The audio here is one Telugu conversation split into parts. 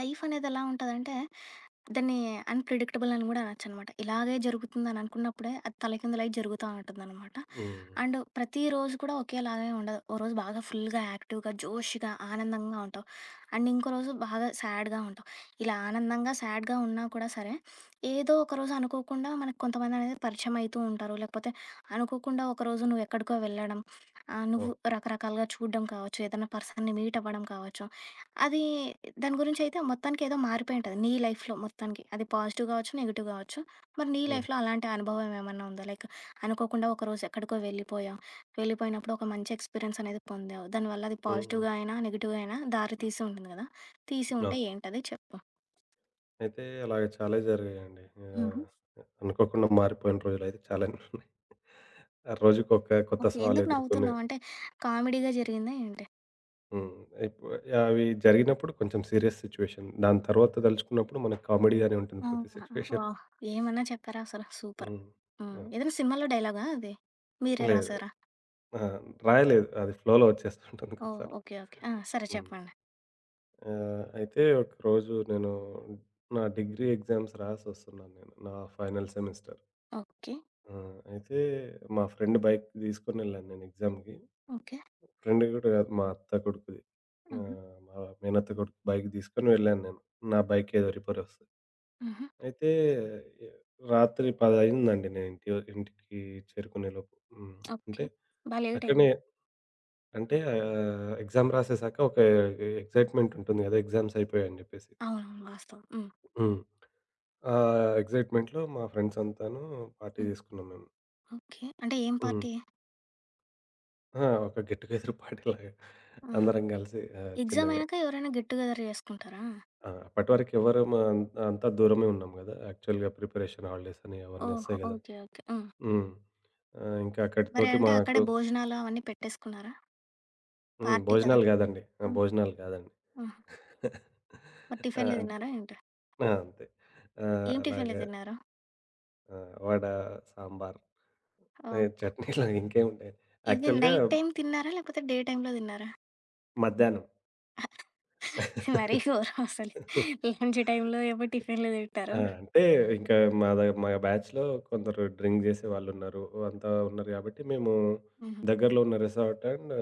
లైఫ్ అనేది ఎలా ఉంటదంటే, దాన్ని అన్‌ప్రెడిక్టబుల్ అని గూడా అనొచ్చనమాట. ఇలాగే జరుగుతుందని అనుకున్నప్పుడే అది తలకిందులై జరుగుతా ఉంటుందనమాట. హ్మ్. అండ్ ప్రతిరోజు కూడా ఒకేలాగే ఉండదు. ఓ రోజు బాగా ఫుల్‌గా యాక్టివ్‌గా, జోష్‌గా, ఆనందంగా ఉంటావు. అండ్ ఇంకో రోజు బాగా సాడ్‌గా ఉంటావు. ఇలా ఆనందంగా, సాడ్‌గా ఉన్నా కూడా సరే, ఏదో ఒక రోజు అనుకోకుండా మనకు కొంతమంది అనేది పరిచయం అయితూ ఉంటారు. లేకపోతే అనుకోకుండా ఒకరోజు నువ్వెక్కడికో వెళ్ళడం, నువ్వు అవును. రకరకాలుగా చూడడం కావచ్చు, ఏదైనా పర్సన్‌ని మీట్ అవ్వడం కావచ్చు. అది దాని గురించయితే మొత్తానికేదో మారిపోయుంటది. నీ లైఫ్‌లో మొత్తానికి. అది పాజిటివ్ గావచ్చు, నెగెటివ్ గావచ్చు. మరి నీ హ్మ్. లైఫ్‌లో అలాంటి అనుభవం ఏమన్నా ఉందా? లైక్ అనుకోకుండా ఒకరోజు ఎక్కడికో వెళ్ళిపోయావు. వెళ్ళిపోయినప్పుడు ఒక మంచి ఎక్స్‌పీరియన్స్ అనేది పొందావు. దానివల్ల అది హ్మ్. హ్మ్. పాజిటివ్‌గా అయినా, నెగెటివ్‌గా అయినా దారి తీసి ఉంటుంది గదా! తీసి ఉంటే అవును. ఏంటది చెప్పు? అయితే అలాగ చాలా జరిగాయండి. హుహు. ఆహ్, అనుకోకుండా మారిపోయిన రోజులైతే చాలానే ఉన్నాయి. ఆ రోజుకొక కొత్త ఓకే. ఎందుకు సవాలెదుర్కొనే నవ్వుతున్నావు? అంటే కామెడీగా జరిగిందా ఏంటి? హ్మ్. ఇప్పు అవి జరిగినప్పుడు కొంచెం సీరియస్ సిట్యుయేషన్. దాని తర్వాత తలుచుకున్నప్పుడు మనకు కామెడీగానే ఉంటుంది ప్రతి ఆహా! సిట్యుయేషన్. వావ్! ఏమన్నా చెప్పారా అసలు? సూపర్. హ్మ్. హ్మ్. అవును. ఏదైనా సినిమాలో డైలాగా అది? మీరే లేదు. రాసారా? ఆ! రాయలేదు. అది ఫ్లోలో వచ్చేస్తుంటుంది ఓహ్! కొన్నిసార్లు. ఓకే. ఓకే. ఆ! సరే హ్మ్. చెప్పండి. అయితే ఒకరోజు నేను నా డిగ్రీ ఎగ్జామ్స్ రాసొస్తున్నాను నేను. నా ఫైనల్ సెమిస్టర్. ఓకే. ఆ! అయితే మా ఫ్రెండ్ బైక్ తీసుకొనెళ్ళాను నేను ఎగ్జామ్‌కి. ఓకే. ఫ్రెండ్ గూడా గాదు మా అత్త కొడుకుది. హుహు. మా మేనత్త కొడుకు బైక్ తీసుకొని వెళ్ళాను నేను. నా బైక్ ఏదో రిపేర్ వస్తే. హుహు. అయితే ఏ, రాత్రి 10 అయిందండి నేను ఇంటికి చేరుకునేలోపు. హ్మ్. ఓకే. అంటే బా లేట్ అక్కడనే అయింది. అంటే ఎగ్జామ్ రాసేసాక ఒక ఎక్సైట్‌మెంట్ ఉంటుంది గదా! ఎగ్జామ్స్ అయిపోయాయని జెప్పేసి. అవునవును. వాస్తవం. హ్మ్. హ్మ్. ఆ ఎక్సైట్‌మెంట్‌లో మా ఫ్రెండ్స్ అంతాను పార్టీ హ్మ్. తీసుకున్నాం మేము. ఓకే. అంటే ఏం హ్మ్. పార్టీ? ఆ! ఒక గెట్ టుగెదర్ పార్టీలాగా ఆహా! అందరం గలిసి ఎగ్జామ్ చిన్నగా అయినాక ఎవరైనా గెట్ టుగెదర్ చేసుకుంటారా? ఆ! అప్పటివరకు ఎవరం అంతా దూరమే ఉన్నాం గదా! యాక్చువల్‌గా ప్రిపరేషన్ హాలిడేస్ అని అవన్నీ ఓహో! ఒస్తాయి గదా! ఓకే. ఓకే. హ్మ్. హ్మ్. ఇంకా మరి అక్కడితోటి అంటే అక్కడే మాకు భోజనాలు అవన్నీ పెట్టేసుకున్నారా? హ్మ్. పార్టీ కదా! భోజనాలు గాదండి. ఆ! హ్మ్. భోజనాలు గాదండి. హ్మ్. మరి టిఫిన్‌లు ఆ! తిన్నారా ఏంటి? ఆ! అంతే. ఏం టిఫిన్‌లు అలాగా తిన్నారు? ఆ! వడ, సాంబార్, ఏ ఓహ్! చట్నీలు ఇంకేముంటాయి ఇది యాక్చువల్‌గా నైట్ టైమ్ తిన్నారా? లేకపోతే డే టైమ్‌లో తిన్నారా? మధ్యాహ్నం. ఇది మరీ ఘోరం అసలు. లంచ్ టైమ్‌లో ఏమో టిఫిన్‌లు తింటారు. ఆ! అంటే ఇంకా మా బ్యాచ్‌లో కొందరు డ్రింక్ జేసేవాళ్ళున్నారు. అంతా ఉన్నారు గాబట్టి మేము హుహు. దగ్గరలో ఉన్న రిసార్ట్ అండ్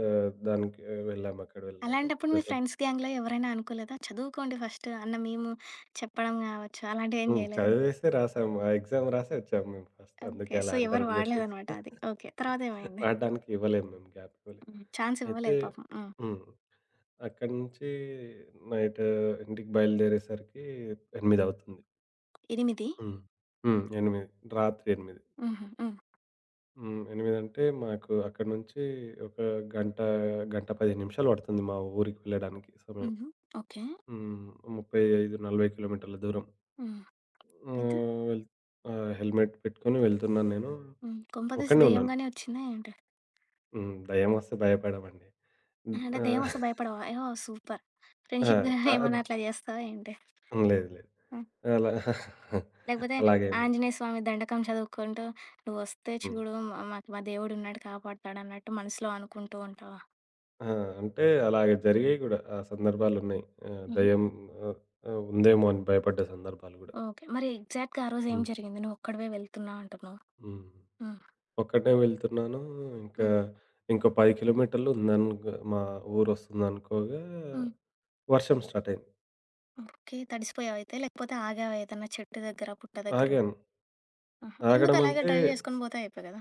దానికి వెళ్ళాము. అక్కడ వెళ్ళాము. అలాంటప్పుడు మీ రిసార్ట్ ఫ్రెండ్స్ గ్యాంగ్‌లో ఎవరైనా అనుకోలేదా? చదువుకోండి ఫస్ట్ అన్న మేము చెప్పడం గావచ్చు. అలాంటివేం హ్మ్. జేయలేదా? చదివేసే రాసాము. ఆ ఎగ్జామ్ రాసే వచ్చాము మేము ఫస్ట్. ఓకే. అందుకే సో, అలా ఎవరు అంటారని జెప్పేసి. వాడలేదనమాట అది. ఓకే. తర్వాతేమైంది? పాడడానికి ఇవ్వలేము మేము గ్యాప్ ఇవ్వలేదు. హ్మ్. ఛాన్స్ అయితే ఇవ్వలేదు పాపం. హ్మ్. హ్మ్. అక్కడి నుంచి నైట్ ఇంటికి బయలుదేరేసరికి 8 అవుతుంది. 8. హ్మ్. హ్మ్. 8 రాత్రి 8. హుహు. హ్మ్. హ్మ్. 8 అంటే మాకు అక్కడి నుంచి ఒక గంట, గంట 15 నిమిషాలు పడుతుంది మా ఊరికి వెళ్ళడానికి సమయం. హుహు. ఓకే. హ్మ్. 35, 40 కిలోమీటర్ల దూరం. హ్మ్. అయితే? ఆహ్, వెల్ హెల్మెట్ పెట్టుకొని వెళ్తున్నాను నేను. హ్మ్. కొంపదీసి ఒక్కడినే ఉన్నాను. దెయ్యంగానే ఒచ్చిందా ఏంటి? హ్మ్. దెయ్యం వస్తే భయపడమండి. హ్మ్. అంటే దెయ్యమొస్తే భయపడవా? ఓహ్! సూపర్. ఆ! ఫ్రెండ్‌షిప్‌గా చా ఏమన్నా అట్లా జేస్తావా ఏంటి? లేదు లేదు. హ్మ్. అలా లేకపోతే అలాగేం లేదు. ఆంజనేయ స్వామి దండకం చదువుకుంటూ "నువ్వొస్తే హ్మ్. చూడు మాకు మా దేవుడున్నాడు కాపాడుతాడు" అన్నట్టు మనసులో అనుకుంటూ ఉంటావా? ఆ! అంటే అలాగే జరిగాయి గూడా. ఆ సందర్భాలున్నాయి. ఆహ్, హుహు. దెయ్యం ఆహ్, ఆహ్, ఉందేమో అని భయపడ్డ సందర్భాలు గూడా. ఓకే. మరి ఎగ్జాక్ట్‌గా ఆ రోజు ఏం హ్మ్. జరిగింది? నువ్వొక్కడివే వెళ్తున్నా అంటున్నావు. హ్మ్. హ్మ్. ఒక్కడినే వెళ్తున్నాను. ఇంకా హ్మ్. ఇంకో 10 కిలోమీటర్లు ఉందనుకో మా ఊరొస్తుందనుకోగా హ్మ్. వర్షం స్టార్ట్ అయింది. ఓకే. తడిసిపోయావయితే? లేకపోతే ఆగావా ఏదన్నా చెట్టు దగ్గర, పుట్ట దగ్గర? ఆగాను. ఆహా! ఎందుకు ఆగడం అలాగే అంటే డ్రైవ్ చేసుకొని పోతే అయిపోయి కదా!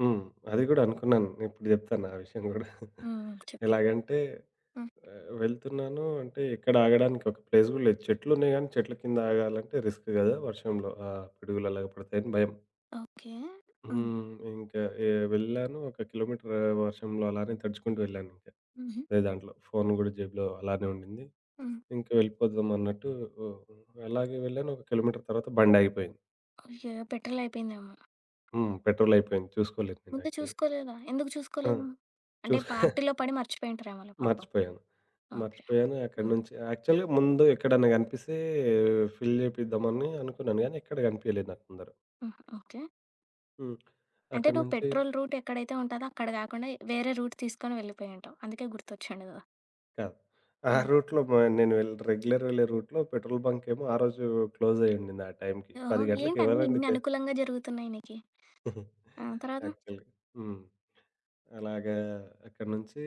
హ్మ్. అది గూడా అనుకున్నాను. ఇప్పుడు జెప్తాను ఆ విషయం గూడా. హ్మ్. హ్మ్. చెప్పు. ఎలాగంటే హ్మ్. వెళ్తున్నాను అంటే ఎక్కడ ఆగడానికి ఒక ప్లేస్ గూడా లేదు. చెట్లున్నాయి గానీ చెట్ల కింద ఆగాలంటే రిస్క్ గదా! వర్షంలో ఆ పిడుగులు అలాగ పడతాయని భయం. ఓకే. హ్మ్. హ్మ్. ఇంకా ఏ వెళ్ళాను. ఒక కిలోమీటర్ వర్షంలో అలానే తడుచుకుంటూ వెళ్ళాను ఇంకా. హుహు. అదే దాంట్లో ఫోను గూడా జేబులో అలానే ఉండింది. హ్మ్. ఇంక వెళ్ళిపోదాం అన్నట్టు అలాగే వెళ్ళాను. ఒక కిలోమీటర్ తర్వాత బండాగిపోయింది. అయ్యో! పెట్రోల్ అయిపోయిందేమో! హ్మ్. పెట్రోల్ అయిపోయింది. చూసుకోలేదు నేను ముందు యాక్చువల్‌గా. చూసుకోలేదా? ఎందుకు ఆ! చూసుకోలేదు? అంటే చూస్ పార్టీలో పడి మర్చిపోయుంటారేమోలే పాపం. మర్చిపోయాను. ఓకే. మర్చిపోయాను. అక్కడి హుహు. నుంచి యాక్చువల్‌గా ముందు ఎక్కడన్నా కనిపిస్తే ఫిల్ చేపిద్దామని అనుకున్నాను గానీ, ఎక్కడ కనిపియలేదు నాకు ముందర. హుహు. ఓకే. హ్మ్. అంటే అక్కడి నువ్వు నుంచి పెట్రోల్ రూట్ ఎక్కడైతే ఉంటదో అక్కడ గాకుండా వేరే రూట్ తీసుకొని వెళ్ళిపోయుంటావు. అందుకే గుర్తొచ్చిండదు. కాదు. ఆ హ్మ్. రూట్‌లో మ నేను వెళ్ రెగ్యులర్ వెళ్ళే రూట్‌లో పెట్రోల్ బంకేమో ఆ రోజు క్లోజ్ అయ్యుండింది ఆ టైంకి. ఓహో! 10 ఏంటి గంటలకి అన్ని ఎవరండి ఇన్ని అనుకూలంగా జరుగుతున్నాయి నీకి? ఆ! తర్వాత? యాక్చువల్‌గా. హ్మ్. అలాగా అక్కడి నుంచి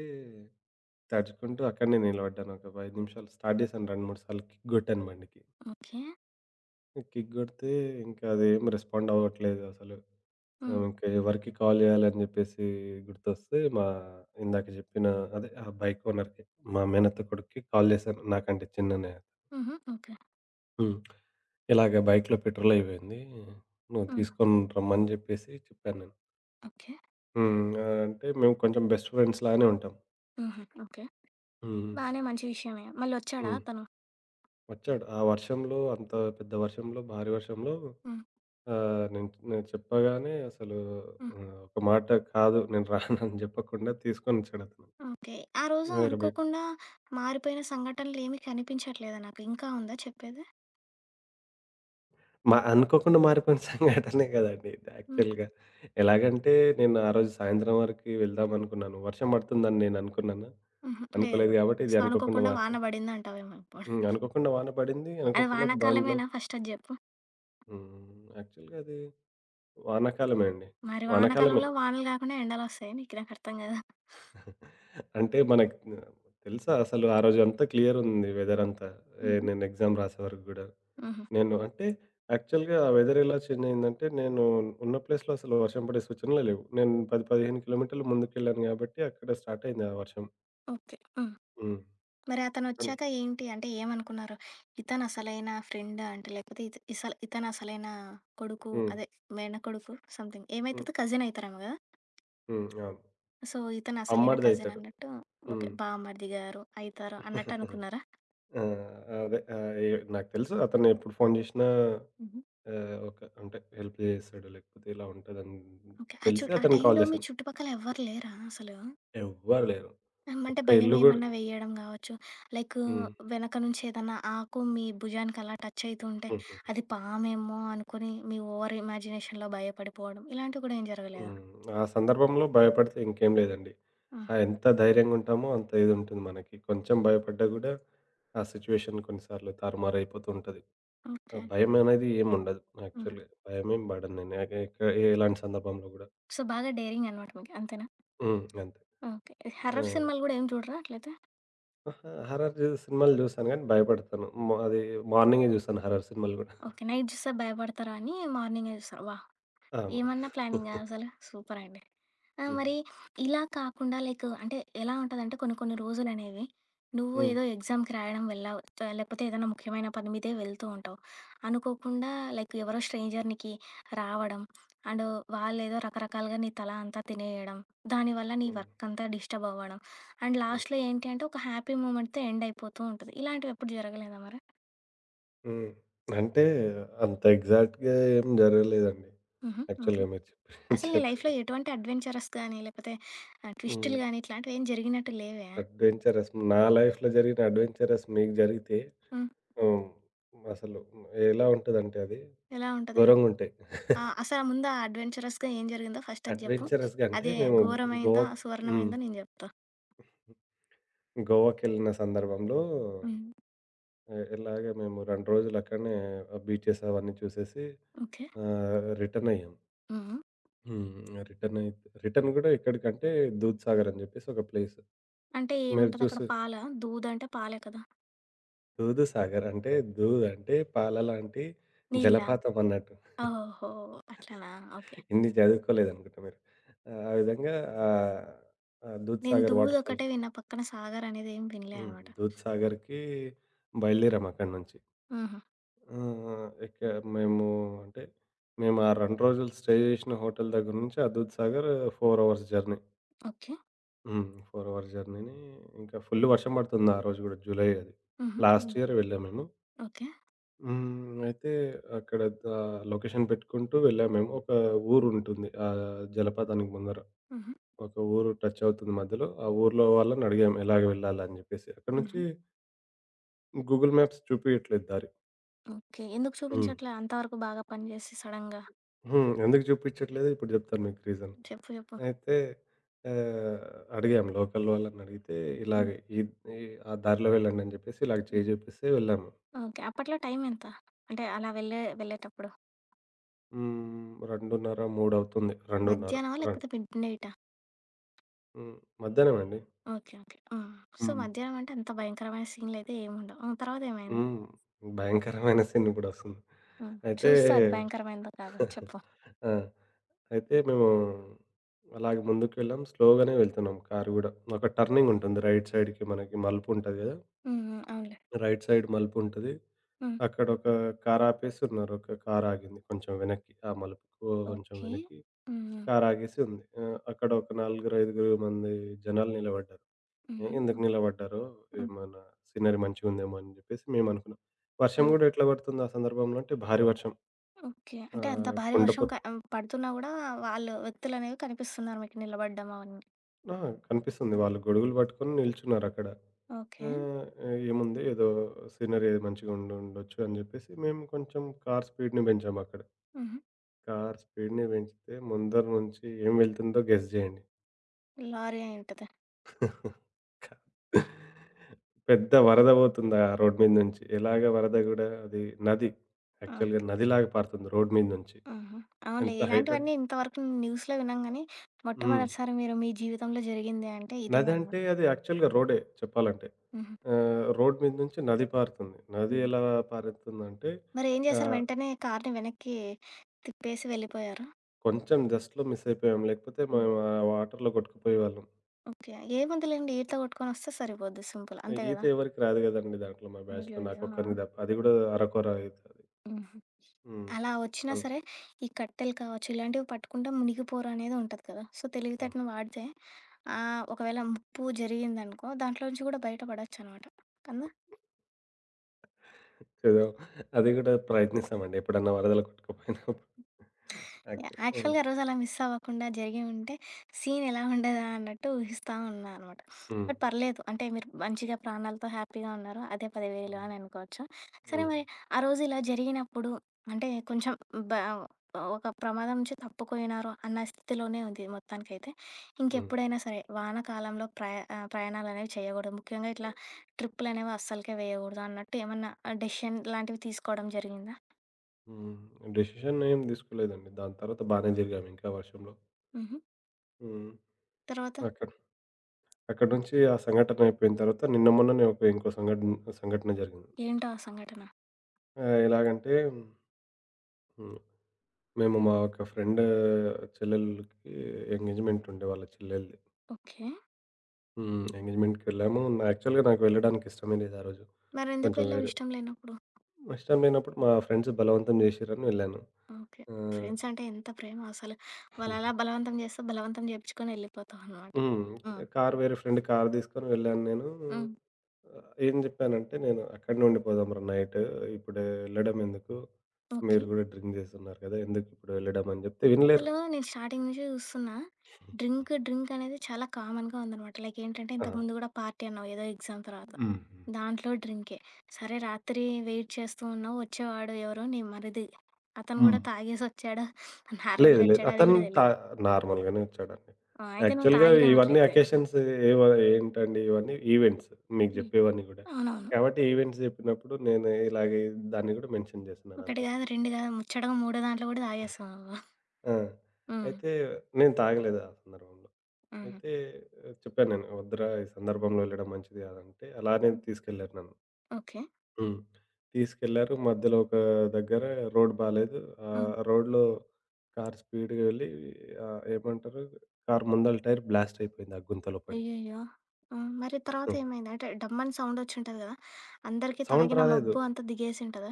తడుచుకుంటూ అక్కడనే నిలబడ్డాను. ఒక 5 నిమిషాలు స్టార్ట్ చేశాను 2, 3 సార్లు కిక్ గొట్టాను బండికి. ఓకే. కిక్ గొడితే ఇంకా అదేం రెస్పాండ్ అవ్వట్లేదు అసలు. హ్మ్. ఇంకా ఎవరికి కాల్ చేయాలని చెప్పేసి గుర్తొస్తే మా ఇందాక చెప్పిన అదే ఆ బైక్ ఓనర్‌కి, మా మేనత్త కొడుక్కి కాల్ చేశాను. నాకంటే చిన్ననే. అతను. హుహు. ఓకే. హ్మ్. "ఇలాగ బైక్‌లో పెట్రోల్ అయిపోయింది. నువ్వు హ్మ్. తీసుకొని రమ్మని" చెప్పేసి చెప్పాను నేను. ఓకే. హ్మ్. ఆ! అంటే మేము కొంచెం బెస్ట్ ఫ్రెండ్స్ లానే ఉంటాం. హుహు. ఓకే. హ్మ్. బానే మంచి విషయమే. మళ్ళొచ్చాడా హ్మ్. అతను? వచ్చాడు. ఆ వర్షంలో అంత పెద్ద వర్షంలో, భారీ వర్షంలో హ్మ్. ఆహ్, నేను నేను చెప్పగానే అసలు హ్మ్. ఒక మాట కాదు నేను రానని చెప్పకుండా తీసుకొనొచ్చాడతను. ఓకే. ఆ రోజు వేరే బైక్. అనుకోకుండా మారిపోయిన సంఘటనలేమి కనిపించట్లేదా నాకు? ఇంకా ఉందా చెప్పేది? మా అనుకోకుండా మారిపోయిన సంఘటనే కదండీ ఇది హ్మ్. యాక్చువల్‌గా. ఎలాగంటే నేను ఆ రోజు సాయంత్రం వరకి వెళ్దామనుకున్నాను. వర్షం పడుతుందని నేను అనుకున్నాను. హుహు. లేదు. అనుకోలేదు కాబట్టి సో, ఇది అనుకోకుండా అనుకోకుండా వాన మారిపోయింది. పడిందంటావేమో ఇప్పుడు. హ్మ్. అనుకోకుండా వాన పడింది. అది అనుకోకుండా బండ్లో వానాకాలమేనా ఫస్ట్ అది జెప్పు? హ్మ్. యాక్చువల్‌గా అది వానాకాలమే అండి. మరి వానాకాలమే. వానాకాలంలో వానలు గాకుండా ఎండలొస్తాయా నీకు? నాకర్థం గాదు. అంటే మనకు తెలుసా అసలు ఆ రోజంతా క్లియరుంది వెదరంతా. హుహు. నేను ఎగ్జామ్ రాసే వరకు గూడా. హుహు. నేను అంటే యాక్చువల్‌గా వెదర్ ఎలా చేంజ్ అయిందంటే నేను ఉన్న ప్లేస్‌లో అసలు వర్షం పడే సూచనలే లేవు. నేను 10, 15 కిలోమీటర్లు ముందుకెళ్ళాను గాబట్టి అక్కడ స్టార్ట్ అయింది ఆ వర్షం. ఓకే. హ్మ్. హ్మ్. మరి అన్ అతనొచ్చాక ఏంటి? అంటే ఏమనుకున్నారు? ఇతను అసలైన ఫ్రెండా? అంటే లేకపోతే ఇత ఇసల ఇతను అసలైన కొడుకు హ్మ్. అదే మేనకొడుకు సంథింగ్ హ్మ్. ఏమైతదో కజిన్ అయితారేమో గదా! హ్మ్. అవును. సో, ఇతను అసలైన కజిన్ అమ్మడిదయితాడు. అన్నట్టు ఓకే. హ్మ్. బామ్మర్ది గారు అయితారు అన్నట్టు అనుకున్నారా? ఆ! అదే. ఆహ్, ఎ నాకు తెలుసు అతను ఎప్పుడు ఫోను జేషినా హుహు. ఒక అంటే హెల్ప్ జేసేసాడు. లేకపోతే ఇలా ఉంటదని ఓకే. తెలిసి ఆ అతనికి టైంలో కాల్ మీ జేశాను. చుట్టుపక్కల ఎవ్వరు లేరా అసలు? ఎవ్వరు లేరు. హ్మ్. అంటే ఒక్క ఇల్లు గూడా భయమేమన్నా వేయడం గావచ్చు, లైక్ హ్మ్. వెనక నుంచి ఏదన్నా ఆకు మీ భుజానికి అలా టచ్ అయితుంటే, హుహు. అది పామేమో అనుకుని మీ ఓవర్ ఇమాజినేషన్‌లో భయపడిపోవడం ఇలాంటివి గూడా ఏం జరగలేదా? హ్మ్. ఆ సందర్భంలో భయపడితే ఇంకేం లేదండి. ఆ! ఎంత ధైర్యంగుంటామో అంత ఇదుంటుంది మనకి. కొంచెం భయపడ్డా గూడా ఆ సిట్యుయేషన్ కొన్నిసార్లు తారుమారయిపోతూ ఉంటది. ఆ ఓకే. భయం అనేది ఏముండదు హుహు. యాక్చువల్‌గా. భయమేం పడను నేను. ఎ ఎక్క ఎలాంటి సందర్భంలో గూడా. సో, బాగా డేరింగ్ అనమాట మీకు. అంతేనా? హ్మ్. అంతే. ఓకే. ఆ! హర్రర్ సినిమాలు గూడా ఏం చూడరా అట్లయితే? అహా! హారర్ సినిమాలు జూసాను గానీ భయపడతాను. మ అది మార్నింగే జూసాను హారర్ సినిమాలు గూడా. ఓకే. నైట్ జూస్తే భయపడతారా అని మార్నింగే జూస్తారు. వాహ్! అవును. ఏమన్నా ప్లానింగా అసలు? సూపరండి. ఆ! హ్మ్. మరి ఇలా కాకుండా లైక్ అంటే ఎలా ఉంటదంటే కొన్ని కొన్ని రోజులనేవి నువ్వు హ్మ్. ఏదో ఎగ్జామ్‌కి రాయడం వెళ్ళావు. లేకపోతే ఏదైనా ముఖ్యమైన పని మీదే వెళ్తూ ఉంటావు. అనుకోకుండా లైక్ ఎవరో స్ట్రేంజర్ నీకి రావడం అండ్ వాళ్ళేదో రకరకాలుగా నీ తల అంతా తినేయడం. దానివల్ల నీ హ్మ్. వర్క్ అంతా డిస్టర్బ్ అవ్వడం. అండ్ హ్మ్. లాస్ట్‌లో ఏంటి అంటే ఒక హ్యాపీ మూమెంట్‌తో ఎండ్ అయిపోతూ ఉంటది. ఇలాంటివెప్పుడు జరగలేదా మరి? హ్మ్. అంటే అంత ఎగ్జాక్ట్‌గా ఏం జరగలేదండి. హుహు. ఓకే. యాక్చువల్‌గా మీరు చెప్పి అసలు నీ లైఫ్‌లో చెప్పేది. ఎటువంటి అడ్వెంచరస్ గాని, లేకపోతే హ్మ్. ట్విస్టులు గాని ఇట్లాంటివేం జరిగినట్టు లేవే? అడ్వెంచరస్ నా లైఫ్‌లో జరిగిన అడ్వెంచరస్ మీకు జరిగితే హ్మ్. హ్మ్. అసలు ఎలా ఉంటదంటే అది ఎలా ఉంటది? ఘోరంగుంటాయి. ఆ! అసల ముందు ఆ అడ్వెంచరస్‌గా ఏం జరిగిందో ఫస్ట్ అది జెప్పు. అడ్వెంచరస్‌గా అంటే అదే మేము ఘోరమైందా, గోవాకి హ్మ్. సువర్ణమైందో నేను జెప్తా. గోవాకెళ్ళిన సందర్భంలో హ్మ్. ఎలాగ మేము 2 రోజులు అక్కడనే బీచెస్ అవన్నీ చూసేసి ఓకే. రిటర్న్ అయ్యాం. హ్మ్. హ్మ్. రిటర్న్ అయితే రిటర్న్ గూడా ఎక్కడికంటే దూద్‌సాగర్ అని జెప్పేసి ఒక ప్లేస్. అంటే మీరు ఏముంటదక్కడ చూసి పాలా? దూదంటే పాలే కదా! దూదుసాగర్ అంటే దూద్ అంటే పాల లాంటి నీళ్ళా? జలపాతం అన్నట్టు. ఓహో! అట్లనా? ఓకే. ఇన్ని చదువుకోలేదనుకుంటా మీరు. ఆ విధంగా ఆహ్, ఆహ్, నేను దూద్‌సాగర్ వాటర్‌ఫాల్ దూదొక్కటే విన్నా. పక్కన సాగర్ అనేది ఏం వినలే హ్మ్. అనమాట. దూద్‌సాగర్‌కి బయలుదేరాము అక్కడి నుంచి. హుహు. ఇక మేము అంటే మేము ఆ 2 రోజులు స్టే జేసిన హోటల్ దగ్గర నుంచి ఆ దూద్‌సాగర్ 4 అవర్స్ జర్నీ. ఓకే. హ్మ్. 4 అవర్ జర్నీని ఇంకా ఫుల్ వర్షం పడుతుంది ఆ రోజు గూడా జూలై అది. హుహు. హ్మ్. లాస్ట్ ఇయర్ వెళ్ళాము మేము. ఓకే. హ్మ్. అయితే అక్కడ లొకేషన్ పెట్టుకుంటూ వెళ్ళాము మేము. ఒక ఊరుంటుంది. జలపాతానికి ముందర. హుహు. ఒక ఊరు టచ్ అవుతుంది మధ్యలో. ఆ ఊర్లో వాళ్ళని అడిగాము ఎలాగ వెళ్ళాలని జెప్పేసి. అక్కడి నుంచి హుహు. గూగుల్ మ్యాప్స్ చూపియట్లేదు దారి. ఓకే. ఎందుకు హ్మ్. చూపించట్లే అంతవరకు బాగా పనిజేసి సడెన్‌గా? హ్మ్. ఎందుకు చూపిచ్చట్లేదు ఇప్పుడు జెప్తాను మీకు రీజన్. చెప్పు చెప్పు. అయితే ఆహ్, అడిగాము లోకల్ వాళ్ళని అడిగితే ఇలాగ హ్మ్. ఈ ఈ ఆ దారిలో వెళ్ళండి అని జెప్పేసి ఇలాగ హ్మ్. చేయి జూపిస్తే వెళ్ళాము. ఓకే. అప్పట్లో టైం ఎంత? అంటే అలా వెళ్ళేటప్పుడు. హ్మ్. 2:30, 3 అవుతుంది. 2:30 మధ్యాహ్నమా? రెం లేకపోతే మిడ్ నైటా? హ్మ్. మధ్యాహ్నం అండి. ఓకే. ఓకే. ఆ! సో, హ్మ్. మధ్యాహ్నం అంటే అంత భయంకరమైన సీన్‌లయితే ఏముండవు. ఆ! తర్వాతేమైంది? హ్మ్. భయంకరమైన సీన్ గూడొస్తుంది. హ్మ్. అయితే చూస్తా అది భయంకరమైందో కాదో చెప్పు. ఆ! అయితే మేము అలాగే ముందుకెళ్ళాం. స్లోగానే వెళ్తున్నాం కారు గూడా. ఒక టర్నింగ్ ఉంటుంది. రైట్ సైడ్‌కి మనకి మలుపుంటది గదా! హ్మ్. హ్మ్. అవునులే. రైట్ సైడ్ మలుపుంటది. హ్మ్. అక్కడొక కార్ ఆపేసి ఉన్నారు. ఒక కార్ ఆగింది కొంచెం వెనక్కి. ఆ మలుపుకు కొంచెం ఓకే. వెనక్కి. హ్మ్. హ్మ్. కారాగేసి ఉంది. అక్కడ ఒక నలుగురు, ఐదుగురు మంది జనాలు నిలబడ్డారు. హుహు. ఎందుకు హ్మ్. నిలబడ్డారో హ్మ్. ఏమన్నా సీనరీ మంచిగుందేమో అని జెప్పేసి మేమనుకున్నాం. వర్షం హ్మ్. గూడా ఎట్లా పడుతుంది ఆ సందర్భంలో అంటే భారీ వర్షం. ఓకే. అంటే అంత భారీ వర్షం కుండపోత పడుతున్నా గూడా వాళ్ళు వ్యక్తులనేవి కనిపిస్తున్నారు మీకు నిలబడ్డం అవన్నీ. ఆ! కనిపిస్తుంది. వాళ్ళు గొడుగులు పట్టుకొని నిల్చున్నారక్కడ. ఓకే. ఆహ్, ఏముంది ఏదో సీనరీ మంచిగుండుండొచ్చు అని జెప్పేసి మేము కొంచెం కార్ స్పీడ్‌ని పెంచామక్కడ. హుహు. కార్ స్పీడ్‌ని పెంచితే ముందర నుంచి ఏం వెళ్తుందో గెస్ జేయండి. లారీ అయుంటది. పెద్ద వరద పోతుంది ఆ రోడ్ మీద నుంచి. ఎలాగ వరద గూడా అది నది. ఆ! యాక్చువల్‌గా నదిలాగా పారుతుంది రోడ్ మీద నుంచి. ఆహా! అవునులే. ఎంత హైట్ ఇలాంటివన్నీ అంటే ఇంతవరకు న్యూస్‌లో విన్నాం గానీ, హ్మ్. మొట్టమొదటిసారి మీరు మీ జీవితంలో జరిగింది అంటే ఇదే అనమాట. నదంటే అది యాక్చువల్‌గా రోడే చెప్పాలంటే. హుహు. రోడ్ మీద నుంచి నది పారుతుంది. నది హ్మ్. ఎలా పారుతుందంటే మరేం చేశారు? ఆహ్, వెంటనే కార్‌ని వెనక్కి తిప్పేసి వెళ్ళిపోయారా? కొంచెం జస్ట్‌లో మిస్ అయిపోయాం. లేకపోతే మేము హుహు. ఆ వాటర్‌లో కొట్టుకుపోయేవాళ్ళం. ఓకే. ఏముందిలెండి ఈత కొట్టుకొనొస్తే సరిపోద్ది సింపుల్. అంతే ఈత గదా! ఎవరికీ రాదు గదండీ దాంట్లో మా బ్యాచ్‌లో అయ్యయ్యో! ఆ! నాకొక్కడికి తప్ప. అది గూడా అరకొర ఈత అది. హుహు. హ్మ్. అలా వచ్చినా అల్ సరే, ఈ కట్టెలు కావచ్చు, ఇలాంటివి పట్టుకుంటే మునిగిపోరు అనేది ఉంటది కదా! సో, తెలివితేటను వాడితే ఒకవేళ ముప్పు జరిగిందనుకో, దాంట్లో నుంచి కూడా బయట పడొచ్చనమాట. కదా! ఏదో అది గూడా ప్రయత్నిస్తామండి. ఎప్పుడన్నా వరదలు కొట్టుకుపోయినప్పుడు. యాక్చువల్ యాక్చువల్‌గా ఆ రోజు అలా మిస్ అవ్వకుండా జరిగి ఉంటే సీన్ ఎలా ఉండేదా అన్నట్టు ఊహిస్తా ఉన్నా అనమాట. హ్మ్. బట్ పర్లేదు. అంటే మీరు మంచిగా ప్రాణాలతో హ్యాపీగా ఉన్నారు. అదే హ్మ్. 10,000 హ్మ్. అని అనుకోవచ్చు. సరే హ్మ్. మరి ఆ రోజు ఇలా జరిగినప్పుడు అంటే కొంచెం బ ఒక ప్రమాదం నుంచి తప్పుకున్నారు అన్న స్థితిలోనే ఉంది మొత్తానికైతే. హ్మ్. ఇంకెప్పుడైనా సరే వానాకాలంలో ప్రయాణాలనేవి చేయకూడదు. ముఖ్యంగా ఇట్లా ట్రిప్పులనేవి అస్సలకే వేయకూడదు అన్నట్టు ఏమన్నా డెసిషన్ లాంటివి తీసుకోవడం జరిగిందా? హ్మ్. డెసిషన్ ఏం తీసుకోలేదండి. దాని తర్వాత బానే తిరిగామింకా వర్షంలో. హుహు. హ్మ్. తర్వాత అక్కడ అక్కడి నుంచి ఆ సంఘటన అయిపోయిన తర్వాత నిన్న మొన్ననే ఒక ఇంకో సంఘటన సంఘటన జరిగింది. ఏంటా ఆ సంఘటన? ఎలాగంటే హ్మ్. మేము మా ఒక ఫ్రెండ్ చెల్లెలికి ఎంగేజ్‌మెంట్ ఉండే వాళ్ళ చెల్లెలిది. ఓకే. హ్మ్. ఎంగేజ్‌మెంట్‌కెళ్ళాము. యాక్చువల్‌గా నాకు వెళ్ళడానికి ఇష్టమే లేదు ఆ రోజు. మరెందుకు కొంచెం వెళ్ళావు వేరే ఇష్టం లేనప్పుడు? ఇష్టం లేనప్పుడు మా ఫ్రెండ్స్ బలవంతం చేసిర్రని వెళ్ళాను. ఓకే. ఆహ్, ఫ్రెండ్స్ అంటే ఎంత ప్రేమ అసలు. వాళ్ళలా బలవంతం చేస్తే బలవంతం చేపిచ్చుకొని వెళ్ళిపోతావనమాట. హ్మ్. హ్మ్. వేరే ఫ్రెండ్ కార్ తీసుకొని వెళ్ళాను నేను. హ్మ్. ఏం చెప్పానంటే, "నేను అక్కడనే ఉండిపోదాంరా నైట్. ఇప్పుడు వెళ్ళడం ఎందుకు? ఓకే. మీరు కూడా డ్రింక్ చేస్తున్నారు కదా! ఎందుకిప్పుడు వెళ్ళడం" అని చెప్తే వినలేరు. అసలు నేను స్టార్టింగ్ నుంచి చూస్తున్నా. డ్రింక్, డ్రింక్ అనేది చాలా కామన్‌గా ఉందనమాట. లైక్ ఏంటంటే ఆ! ఇంతకుముందు గూడా పార్టీ అన్నావు ఏదో ఎగ్జామ్ తర్వాత. హుహు. దాంట్లో డ్రింకే. సరే రాత్రి వెయిట్ చేస్తూ ఉన్నావు. వచ్చేవాడు ఎవరు నీ మరిది. అతను గూడా తాగేసొచ్చాడా? లేదు. నార్మల్‌గా లేదు. వచ్చాడా? అది అతను గూడా త తెలీదు. నార్మల్‌గానే వచ్చాడండి. ఆ! అయితే నువ్వు యాక్చువల్‌గా తాగినావు ఇవన్నీ అట్లయితే. అకేషన్స్ ఏవ ఏంటండి ఇవన్నీ ఈవెంట్స్ మీకు ఉమ్. చెప్పేవన్నీ గూడా. అవునవును. కాబట్టి ఈవెంట్స్ చెప్పినప్పుడు నేను ఇలాగే దాన్ని గూడా మెన్షన్ ఒకటి చేస్తున్నానంతే. కాదు, 2 కాదు. ముచ్చటగా మూడో దాంట్లో కూడా తాగేసావు నువ్వు. ఆ! హ్మ్. అయితే నేను తాగలేదు ఆ సందర్భంలో. హుహు. అయితే ఆ, చెప్పాను నేను, "వద్దురా! ఈ సందర్భంలో వెళ్ళడం మంచిది కాదంటే" అలానే తీసుకెళ్లారు నన్ను. ఓకే. హ్మ్. తీసుకెళ్లారు. మధ్యలో ఒక దగ్గర రోడ్ బాలేదు. హ్మ్. రోడ్‌లో కారు స్పీడ్‌గా వెళ్ళి ఏమంటారు కారు ముందల టైర్ బ్లాస్ట్ అయిపోయింది ఆ గుంతలో పడి. అయ్యయ్యో! హ్మ్. మరి తర్వాత ఏమైంది? అంటే డమ్మని సౌండ్ వచ్చుంటది కదా! అందరికీ సౌండ్ తాగిన రాలేదు. మబ్బు అంతా దిగేసుంటదా?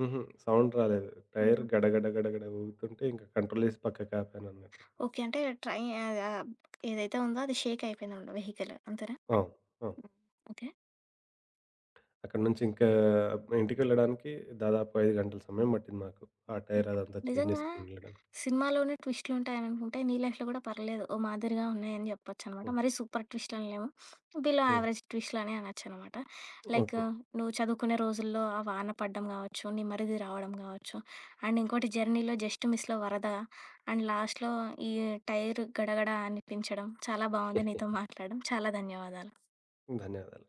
హుహు. సౌండ్ రాలేదు. టైర్ హుహు. గడగడ గడగడ ఊగుతుంటే ఇంకా కంట్రోల్ చేసి పక్కకి ఆపానన్నట్టు. ఓకే. అంటే ట్రై ఆహ్, ఆహ్, ఏదైతే ఉందో అది షేక్ అయిపోయిందనమాట వెహికల్. అంతేనా? అవును. అవును. హ్మ్. ఓకే. అక్కడి నుంచి ఇంకా ఇంటికెళ్ళడానికి దాదాపు 5 గంటల సమయం పట్టింది మాకు. ఆ యాహ్! టైర్ అదంతా చేంజ్ నిజంగా చేసుకొని వెళ్ళడానికి. సినిమాలోనే ట్విస్ట్‌లుంటాయనుకుంటే, నీ లైఫ్‌లో గూడా పర్లేదు ఓ మాదిరిగా ఉన్నాయని జెప్పొచ్చనమాట. హ్మ్. మరీ సూపర్ ట్విస్ట్‌లని లేవు. Below hmm. యావరేజ్ ట్విస్ట్‌లనే అనొచ్చనమాట. Like okay. నువ్వు చదువుకునే రోజుల్లో ఆ వాన పడ్డం గావచ్చు, నీ మరిది రావడం గావచ్చు, అండ్ ఇంకోటి జర్నీలో జస్ట్ మిస్‌లో వరద, అండ్ లాస్ట్‌లో ఈ టైర్ గడగడ అనిపించడం. చాలా బావుంది నీతో మాట్లాడడం. చాలా ధన్యవాదాలు. ధన్యవాదాలు.